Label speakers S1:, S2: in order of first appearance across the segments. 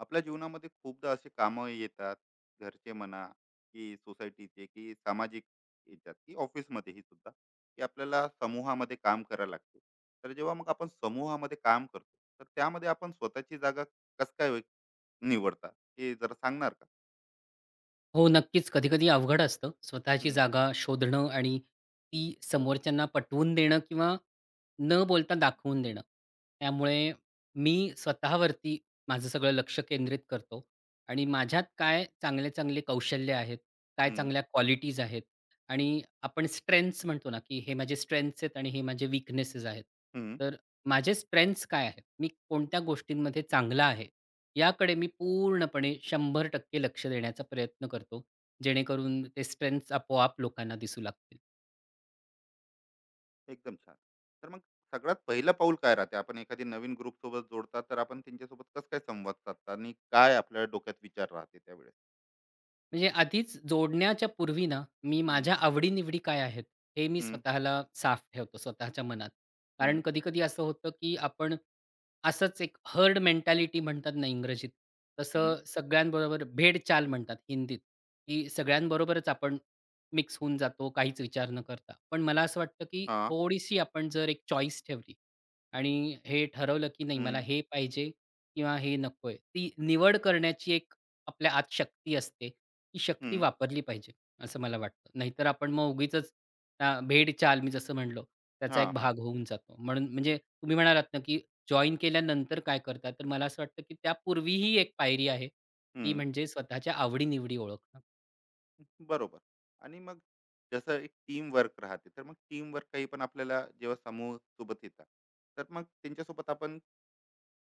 S1: आपल्या जीवनामध्ये खूपदा असे कामं येतात, घरचे म्हणा की सोसायटीचे की सामाजिक याच्यात, की ऑफिसमध्येही सुद्धा, की आपल्याला समूहामध्ये काम करायला लागते. तर जेव्हा मग आपण समूहामध्ये काम करतो, तर त्यामध्ये आपण स्वतःची जागा कस काय वे- निवडता, हे जरा सांगणार का?
S2: हो, नक्कीच. कधी-कधी अवघड असतं स्वतःची
S1: हम्म.
S2: जागा शोधणं आणि ती समोरच्यांना पटवून देणं किंवा न बोलता दाखवून देणं. त्यामुळे मी स्वतःवरती माझं सगळं लक्ष केंद्रित करतो आणि माझ्यात काय चांगले-चांगले कौशल्य आहेत, काय
S1: हम्म.
S2: चांगल्या क्वालिटीज आहेत. आणि आपण स्ट्रेंथ्स म्हणतो ना, की हे माझे स्ट्रेंथ्स आहेत आणि हे माझे वीकनेसेस आहेत.
S1: हम्म.
S2: तर माझे स्ट्रेंथ्स काय आहेत? मी कोणत्या गोष्टींमध्ये चांगला आहे? याकडे मी पूर्णपणे 100% लक्ष देण्याचा प्रयत्न करतो, जेणेकरून ते स्ट्रेंथ्स आपोआप लोकांना दिसू लागतील.
S1: एकदम छान. तर मग सगळ्यात पहिलं पाऊल काय राहते? आपण एखादी नवीन ग्रुप सोबत जोडता, तर आपण त्यांच्यासोबत कस काय संवाद साधता आणि काय आपल्या डोक्यात विचार राहते त्यावेळेस?
S2: म्हणजे आधीच जोडण्याच्या पूर्वी ना, मी
S1: हम्म.
S2: माझ्या आवडी-निवडी काय आहेत, हे मी
S1: हम्म.
S2: स्वतःला साफ ठेवतो स्वतःच्या मनात.
S1: हम्म.
S2: कारण कधी-कधी असं होतं, की आपण असंच एक हर्ड मेंटॅलिटी म्हणतात ना इंग्रजीत,
S1: हम्म.
S2: तसं सगळ्यांबरोबर भेडचाल म्हणतात हिंदीत, की सगळ्यांबरोबरच आपण मिक्स होऊन जातो, काहीच विचार न करता. पण मला असं वाटतं, की
S1: हा.
S2: थोडीशी आपण जर एक चॉईस ठेवली आणि हे ठरवलं, की नाही मला
S1: हं.
S2: हे पाहिजे किंवा हे नकोय. ती निवड करण्याची एक आपल्या आत शक्ती असते. ती शक्ती
S1: हं.
S2: वापरली पाहिजे, असं मला वाटतं. नाहीतर आपण मग उगीचच त्या भेडचाल मी जसं म्हणलो, त्याचा
S1: हां,
S2: एक
S1: हां.
S2: भाग होऊन जातो. म्हणून म्हणजे तुम्ही म्हणालात ना, की जॉइन केल्यानंतर काय करता? तर मला असं वाटतं, की त्यापूर्वीही एक पायरी आहे. ती
S1: हं.
S2: म्हणजे स्वतःच्या आवडी ओळखणं.
S1: बरोबर. आणि मग जसं एक टीमवर्क राहते, तर मग टीमवर्क काही पण आपल्याला जेव्हा समूह सोबत येतात, तर मग त्यांच्यासोबत आपण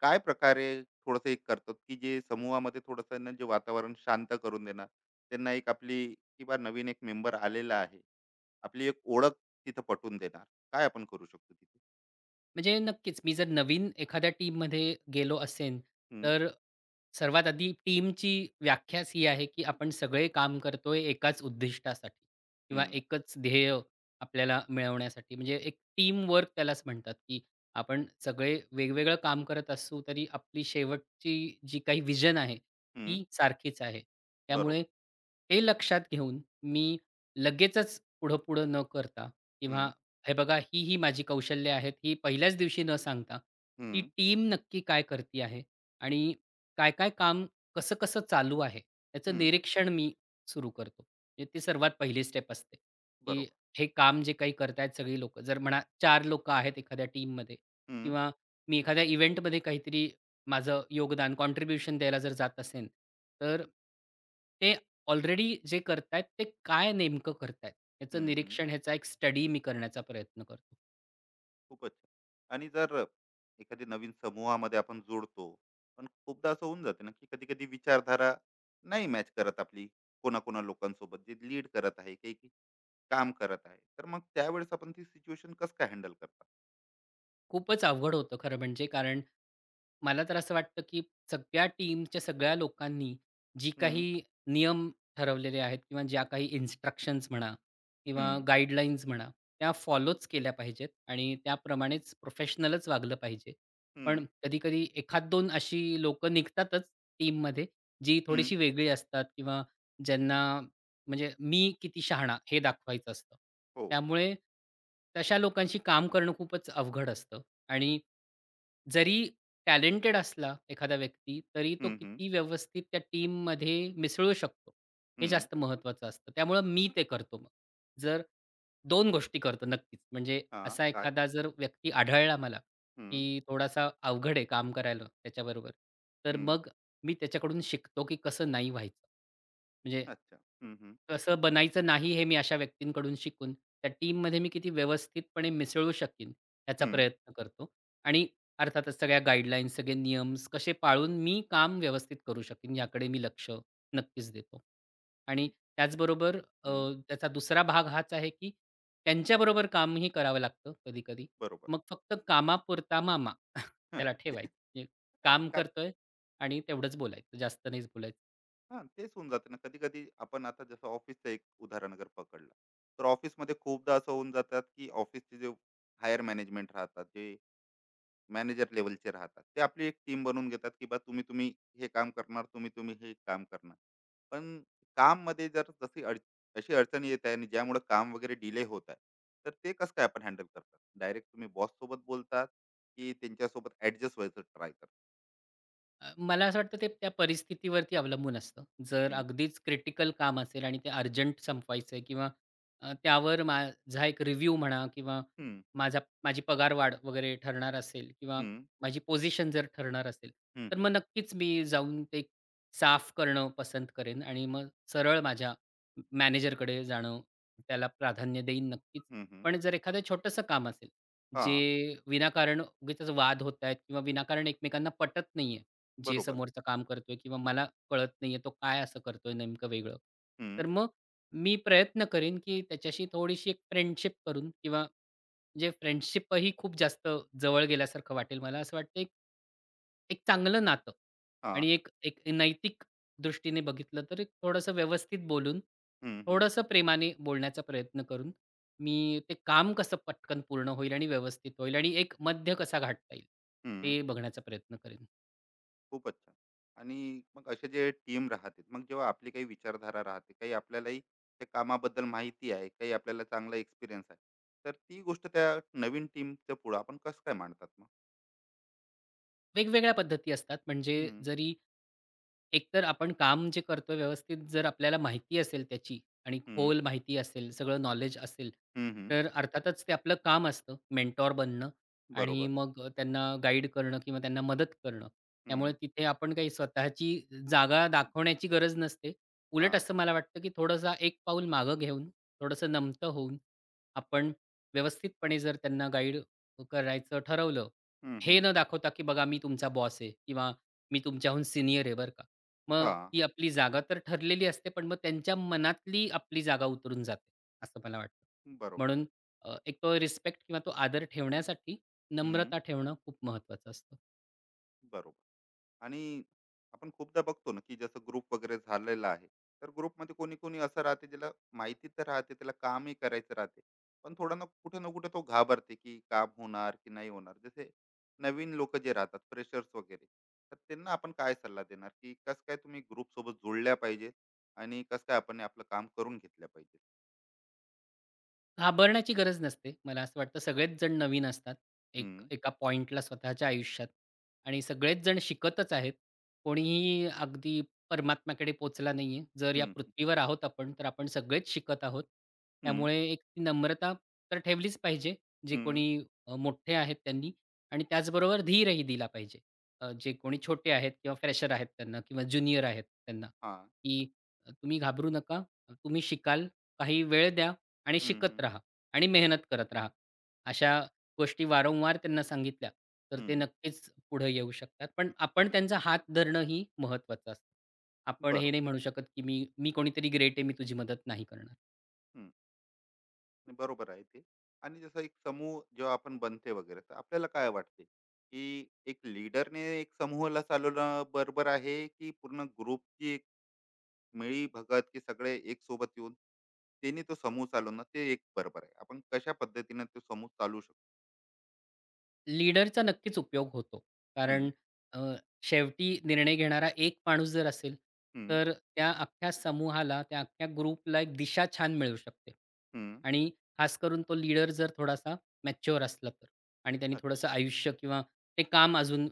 S1: काय प्रकारे थोडंसं एक करतो, की जे समूहामध्ये थोडंसं ना जे वातावरण शांत करून देणार. त्यांना एक आपली, किंवा नवीन एक मेंबर आलेला आहे, आपली एक ओळख तिथं पटवून देणार. काय आपण करू शकतो तिथे?
S2: म्हणजे नक्कीच मी जर नवीन एखाद्या टीममध्ये गेलो असेन,
S1: हं.
S2: तर सर्वात आधी टीमची व्याख्याच ही आहे, की आपण सगळे काम करतोय एकाच उद्दिष्टासाठी किंवा
S1: हं.
S2: एकच ध्येय आपल्याला मिळवण्यासाठी. म्हणजे एक टीम वर्क त्यालाच म्हणतात, की आपण सगळे वेगवेगळं काम करत असू तरी आपली शेवटची जी काही व्हिजन आहे,
S1: हं.
S2: ती सारखीच आहे.
S1: बरोबर.
S2: त्यामुळे हे लक्षात घेऊन मी लगेचच पुढं-पुढं न करता
S1: हं.
S2: किंवा हे बघा, ही माझी कौशल्य आहेत, ही पहिल्याच दिवशी न सांगता,
S1: हं.
S2: ती टीम नक्की काय करती आहे आणि काय-काय काम कसं-कसं चालू आहे, याचं
S1: हं.
S2: निरीक्षण मी सुरू करतो. म्हणजे ती सर्वात पहिली स्टेप असते, की
S1: बरोबर.
S2: हे काम जे काही करतायत सगळी लोकं, जर म्हणा 4 लोकं आहेत एखाद्या टीममध्ये
S1: हं.
S2: किंवा मी एखाद्या इव्हेंटमध्ये काहीतरी माझं योगदान, कॉन्ट्रिब्युशन द्यायला जर जात असेन, तर ते ऑलरेडी जे करतायत ते काय नेमकं करतायत? याचं
S1: हं. हं.
S2: निरीक्षण, ह्याचा एक स्टडी मी करण्याचा प्रयत्न करतो.
S1: खूपच छान. आणि जर एखादी नवीन समूहामध्ये आपण जोडतो, पण खूपदा असं होऊन जाते ना, की कधी कधी विचारधारा नाही मॅच करत आपली कोणाकोणा लोकांसोबत जे लीड करत आहे, काही की काम करत आहे, तर मग त्यावेळेस आपण ती सिच्युएशन कसं काय हँडल करता?
S2: खूपच अवघड होतं खरं म्हणजे. कारण मला तर असं वाटतं, की सगळ्या टीमच्या सगळ्या लोकांनी जी
S1: हम्म.
S2: काही नियम ठरवलेले आहेत किंवा ज्या काही इन्स्ट्रक्शन्स म्हणा किंवा
S1: हम्म.
S2: गाईडलाईन्स म्हणा, त्या फॉलोच केल्या पाहिजेत आणि त्याप्रमाणेच प्रोफेशनलच वागलं पाहिजे.
S1: हम्म.
S2: पण कधी एखाद दोन अशी लोकं निघतातच टीममध्ये, जी
S1: हम्म.
S2: थोडीशी वेगळी असतात किंवा ज्यांना म्हणजे मी किती शहाणा हे दाखवायचं असतं.
S1: हो.
S2: त्यामुळे तशा लोकांशी काम करणं खूपच अवघड असतं. आणि जरी टॅलेंटेड असला एखादा व्यक्ती, तरी तो
S1: हम्म. हम्म.
S2: किती व्यवस्थित त्या टीममध्ये मिसळू शकतो, हे
S1: हम्म.
S2: जास्त महत्त्वाचं असतं. त्यामुळं मी ते करतो मग. जर दोन गोष्टी करतो नक्कीच. म्हणजे
S1: हा
S2: असा
S1: काय.
S2: एखादा जर व्यक्ती आढळला मला,
S1: हम्म.
S2: की थोडासा अवघड आहे काम करायला त्याच्याबरोबर, तर
S1: हम्म.
S2: मग मी त्याच्याकडून शिकतो, की कसं नाही व्हायचं. म्हणजे
S1: अच्छा. हम्म. हम्म.
S2: कसं बनायचं नाही हे मी अशा व्यक्तींकडून शिकून, त्या टीममध्ये मी किती व्यवस्थितपणे मिसळू शकीन, याचा
S1: हम्म.
S2: प्रयत्न करतो. आणि अर्थातच सगळ्या गाईडलाईन्स, सगळे नियम्स कसे पाळून मी काम व्यवस्थित करू शकेन याकडे मी लक्ष नक्कीच देतो. आणि त्याचबरोबर अ,
S1: हम्म.
S2: त्याचा दुसरा भाग हाच आहे, की त्यांच्याबरोबर कामही करावं लागतं कधी-कधी.
S1: बरोबर.
S2: मग फक्त कामापुरता मामा त्याला ठेवायचं.
S1: हा,
S2: म्हणजे काम
S1: कारण.
S2: करतोय आणि तेवढंच बोलायचं, जास्त नाहीच बोलायचं.
S1: हां, तेच होऊन जाते ना. कधी-कधी आपण आता जसं ऑफिसचं एक उदाहरण अगर पकडलं, तर ऑफिसमध्ये खूपदा असं होऊन जातात, की ऑफिसचे जे हायर मॅनेजमेंट राहतात, जे मॅनेजर लेव्हलचे राहतात, ते आपली एक टीम बनवून घेतात, की बा तुम्ही, तुम्ही हे काम करणार, तुम्ही, तुम्ही हे काम करणार. पण काममध्ये जर जशी अशी अडचण येत आहे आणि ज्यामुळे काम वगैरे डिले होत आहे, तर ते कसं काय आपण हँडल करतात? डायरेक्ट तुम्ही बॉससोबत बोलतात, की त्यांच्यासोबत ॲडजस्ट व्हायचं ट्राय करतात?
S2: मला असं वाटतं ते त्या परिस्थितीवरती अवलंबून असतं. जर
S1: हं.
S2: अगदीच क्रिटिकल काम असेल आणि ते अर्जंट संपवायचं आहे किंवा त्यावर माझा एक रिव्ह्यू म्हणा किंवा
S1: हं.
S2: माझी पगारवाढ वगैरे ठरणार असेल किंवा
S1: हं.
S2: माझी पोझिशन जर ठरणार असेल,
S1: हं.
S2: तर मग
S1: हं.
S2: नक्कीच मी जाऊन ते साफ करणं पसंत करेन आणि मग सरळ माझ्या मॅनेजरकडे जाणं त्याला प्राधान्य देईन नक्कीच.
S1: हं. हं.
S2: पण जर एखादं छोटंसं काम असेल, जे
S1: हां,
S2: विनाकारण उगीचच वाद होत आहेत किंवा विनाकारण एकमेकांना पटत नाहीये, जे
S1: बरोबर.
S2: समोरचं काम करतोय किंवा मला कळत नाहीये तो काय असं करतोय नेमकं वेगळं.
S1: हं.
S2: तर मग मी प्रयत्न करीन, की त्याच्याशी थोडीशी एक फ्रेंडशिप करून किंवा म्हणजे फ्रेंडशिपही खूप जास्त जवळ गेल्यासारखं वाटेल. मला असं वाटतं एक एक चांगलं नातं
S1: हा.
S2: आणि एक एक नैतिक दृष्टीने बघितलं तर एक थोडंसं व्यवस्थित बोलून,
S1: हं. हं.
S2: थोडंसं प्रेमाने बोलण्याचा प्रयत्न करून मी ते काम कसं पटकन पूर्ण होईल आणि व्यवस्थित होईल आणि एक मध्य कसा गाठता येईल,
S1: हं.
S2: ते बघण्याचा प्रयत्न करेन.
S1: खूपच छान. आणि मग असे जे टीम राहते, मग जेव्हा आपली काही विचारधारा राहते, काही आपल्यालाही त्या कामाबद्दल माहिती आहे, काही आपल्याला चांगला एक्सपिरियन्स आहे, तर ती गोष्ट त्या नवीन टीमच्या पुढं आपण कसं काय मांडतात मग?
S2: वेगवेगळ्या पद्धती असतात म्हणजे
S1: हं.
S2: जरी एकतर आपण काम जे करतोय व्यवस्थित जर आपल्याला माहिती असेल त्याची आणि
S1: हं.
S2: खोल माहिती असेल, सगळं नॉलेज असेल,
S1: हं. हं.
S2: तर अर्थातच ते आपलं काम असतं मेंटॉर बनणं आणि
S1: बरोबर.
S2: मग त्यांना गाईड करणं किंवा त्यांना मदत करणं.
S1: हं.
S2: त्यामुळे तिथे आपण काही स्वतःची जागा दाखवण्याची गरज नसते. उलट
S1: हां.
S2: असं मला वाटतं, की थोडंसं एक पाऊल मागं घेऊन, थोडंसं नमतं होऊन, आपण व्यवस्थितपणे जर त्यांना गाईड करायचं ठरवलं,
S1: हं.
S2: हे
S1: हं.
S2: न दाखवता, की बघा मी तुमचा बॉस आहे किंवा मी तुमच्याहून सीनियर आहे बरं का. मग
S1: हां.
S2: ती आपली जागा तर ठरलेली असते, पण मग त्यांच्या मनातली आपली जागा उतरून जाते, असं मला वाटतं.
S1: बरोबर.
S2: म्हणून एक तो रिस्पेक्ट किंवा तो आदर ठेवण्यासाठी
S1: हं.
S2: नम्रता ठेवणं खूप महत्त्वाचं असतं.
S1: बरोबर. आणि आपण खूपदा बघतो ना, की जसं ग्रुप वगैरे झालेला आहे, तर ग्रुपमध्ये कोणी कोणी असं राहते, ज्याला माहिती तर राहते, त्याला कामही करायचं राहते, पण थोडा ना कुठे ना कुठे तो घाबरते की काम होणार की नाही होणार. जसे नवीन लोक जे राहतात, फ्रेशर्स वगैरे, तर त्यांना आपण काय सल्ला देणार की कस काय तुम्ही ग्रुप सोबत जोडल्या पाहिजे आणि कस काय आपण आपलं काम करून घेतल्या पाहिजे?
S2: घाबरण्याची गरज नसते. मला असं वाटतं सगळेच जण नवीन असतात. एक
S1: हम्म.
S2: एका पॉइंटला स्वतःच्या आयुष्यात आणि सगळेच जण शिकतच आहेत. कोणीही अगदी परमात्म्याकडे पोचला नाहीये. जर या
S1: हम्म.
S2: पृथ्वीवर आहोत आपण, तर आपण सगळेच शिकत आहोत.
S1: हम्म.
S2: त्यामुळे एक ती नम्रता तर ठेवलीच पाहिजे. जे
S1: हम्म.
S2: कोणी मोठे आहेत त्यांनी आणि त्याचबरोबर धीरही दिला पाहिजे. जे कोणी छोटे आहेत किंवा फ्रेशर आहेत त्यांना किंवा ज्युनियर आहेत त्यांना,
S1: हा.
S2: की तुम्ही घाबरू नका. तुम्ही शिकाल, काही वेळ द्या. आणि
S1: हम्म.
S2: शिकत
S1: हम्म.
S2: राहा आणि मेहनत करत राहा. अशा गोष्टी वारंवार त्यांना सांगितल्या, तर ते
S1: हम्म.
S2: नक्कीच पुढे येऊ शकतात. पण आपण त्यांचा हात धरणंही महत्त्वाचं असतं. आपण
S1: बरोबर.
S2: हे नाही म्हणू शकत, की मी मी कोणीतरी ग्रेट आहे, मी तुझी मदत नाही करणार.
S1: हम्म. नाही, बरोबर आहे ते. आणि जसं एक समूह जेव्हा आपण बनते वगैरे, तर आपल्याला काय वाटते, की एक लीडरने एक समूहाला चालवणं बरोबर आहे, की पूर्ण ग्रुपची एक मिळी-भगत, की सगळे एक सोबत येऊन त्यांनी तो समूह चालवणं ते एक बरोबर आहे? आपण कशा पद्धतीने तो समूह चालवू शकतो?
S2: लीडरचा नक्कीच उपयोग होतो.
S1: हं.
S2: कारण अ, शेवटी निर्णय घेणारा एक माणूस जर असेल,
S1: हं.
S2: तर त्या अख्ख्या समूहाला, त्या अख्ख्या ग्रुपला एक दिशा छान मिळू शकते.
S1: हं.
S2: आणि खास करून तो लीडर जर थोडासा मॅच्युअर असला तर आणि त्याने
S1: अच्छा.
S2: थोडंसं आयुष्य किंवा ते काम अजून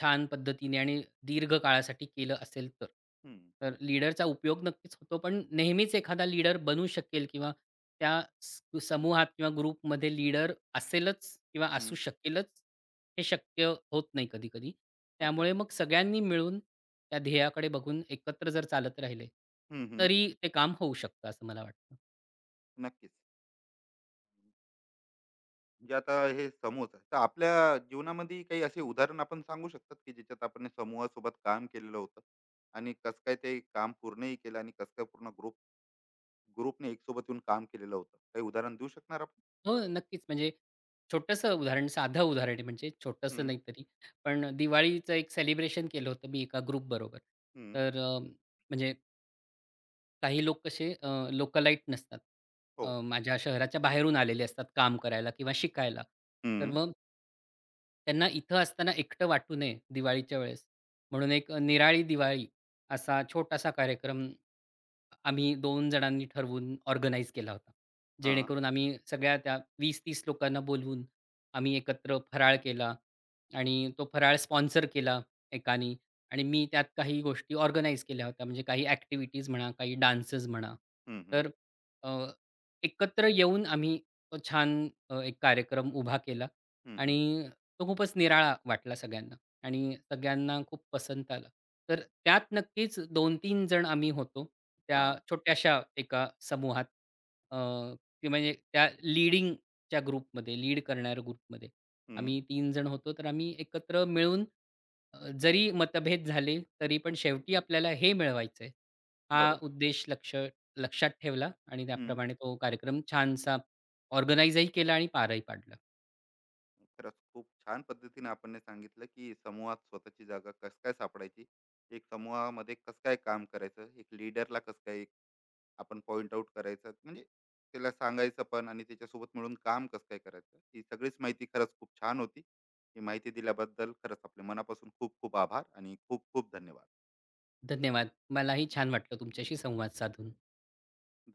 S2: छान पद्धतीने आणि दीर्घ काळासाठी केलं असेल तर.
S1: हं.
S2: तर लीडरचा उपयोग नक्कीच होतो. पण नेहमीच एखादा लीडर बनू शकेल किंवा त्या समूहात किंवा ग्रुपमध्ये लीडर असेलच किंवा असू
S1: हं.
S2: शकेलच, हे शक्य होत नाही कधी-कधी.
S1: अच्छा.
S2: त्यामुळे मग सगळ्यांनी मिळून त्या ध्येयाकडे बघून एकत्र जर चालत राहिले,
S1: हं. हं.
S2: तरी ते काम होऊ शकतं असं मला वाटतं.
S1: नक्कीच. म्हणजे आता हे समूहच आहे. तर आपल्या जीवनामध्ये काही असे उदाहरण आपण सांगू शकतात, की ज्याच्यात आपण हे समूहासोबत काम केलेलं होतं आणि कसं काय ते काम पूर्णही केलं आणि कसं काय पूर्ण ग्रुपने एक सोबत येऊन काम केलेलं होतं? काही उदाहरण देऊ शकणार आपण?
S2: हो, नक्कीच. म्हणजे छोटंसं उदाहरण, साधं उदाहरण आहे म्हणजे छोटंसं
S1: हम्म.
S2: नाही तरी. पण दिवाळीचं एक सेलिब्रेशन केलं होतं मी एका ग्रुपबरोबर.
S1: हम्म.
S2: तर म्हणजे काही लोक कसे लोकलाईट नसतात.
S1: हो.
S2: माझ्या शहराच्या बाहेरून आलेले असतात काम करायला किंवा शिकायला. तर
S1: हम्म.
S2: मग त्यांना इथं असताना एकटं वाटू नये दिवाळीच्या वेळेस, म्हणून एक निराळी दिवाळी असा छोटासा कार्यक्रम आम्ही दोन जणांनी ठरवून ऑर्गनाइज केला होता.
S1: हा.
S2: जेणेकरून आम्ही सगळ्या त्या 20-30 लोकांना बोलवून आम्ही एकत्र फराळ केला आणि तो फराळ स्पॉन्सर केला एकानी आणि मी त्यात काही गोष्टी ऑर्गनाइज केल्या होत्या. म्हणजे काही ॲक्टिव्हिटीज म्हणा, काही डान्सेस म्हणा.
S1: हम्म. हम्म.
S2: तर अ, एकत्र येऊन आम्ही तो छान एक कार्यक्रम उभा केला
S1: हम्म. हम्म.
S2: आणि तो खूपच निराळा वाटला सगळ्यांना आणि सगळ्यांना खूप पसंत आला. तर त्यात नक्कीच 2 तीन जण आम्ही होतो त्या
S1: हा.
S2: छोट्याशा एका समूहात. अ, ते म्हणजे त्या लीडिंगच्या ग्रुपमध्ये, लीड करणाऱ्या ग्रुपमध्ये.
S1: हम्म.
S2: आम्ही 3 जण होतो, तर आम्ही एकत्र मिळून जरी मतभेद झाले तरी पण शेवटी आपल्याला हे मिळवायचंय. हा
S1: बरोबर.
S2: उद्देश लक्षात ठेवला आणि
S1: हम्म.
S2: त्याप्रमाणे तो कार्यक्रम छानसा ऑर्गनाइजही केला आणि पारही पाडला.
S1: खरंच खूप छान पद्धतीने आपण हे सांगितलं, की समूहात स्वतःची जागा कसं काय सापडायची, एक समूहामध्ये कसं काय काम करायचं, एक लीडरला कसं काय आपण पॉइंट आउट करायचा, म्हणजे त्याला सांगायचं पण आणि त्याच्यासोबत मिळून काम कसं काय करायचं. ही सगळीच माहिती खरंच खूप छान होती. ही माहिती दिल्याबद्दल खरंच आपल्या मनापासून खूप खूप आभार आणि खूप खूप धन्यवाद.
S2: धन्यवाद. मलाही छान वाटलं तुमच्याशी संवाद साधून.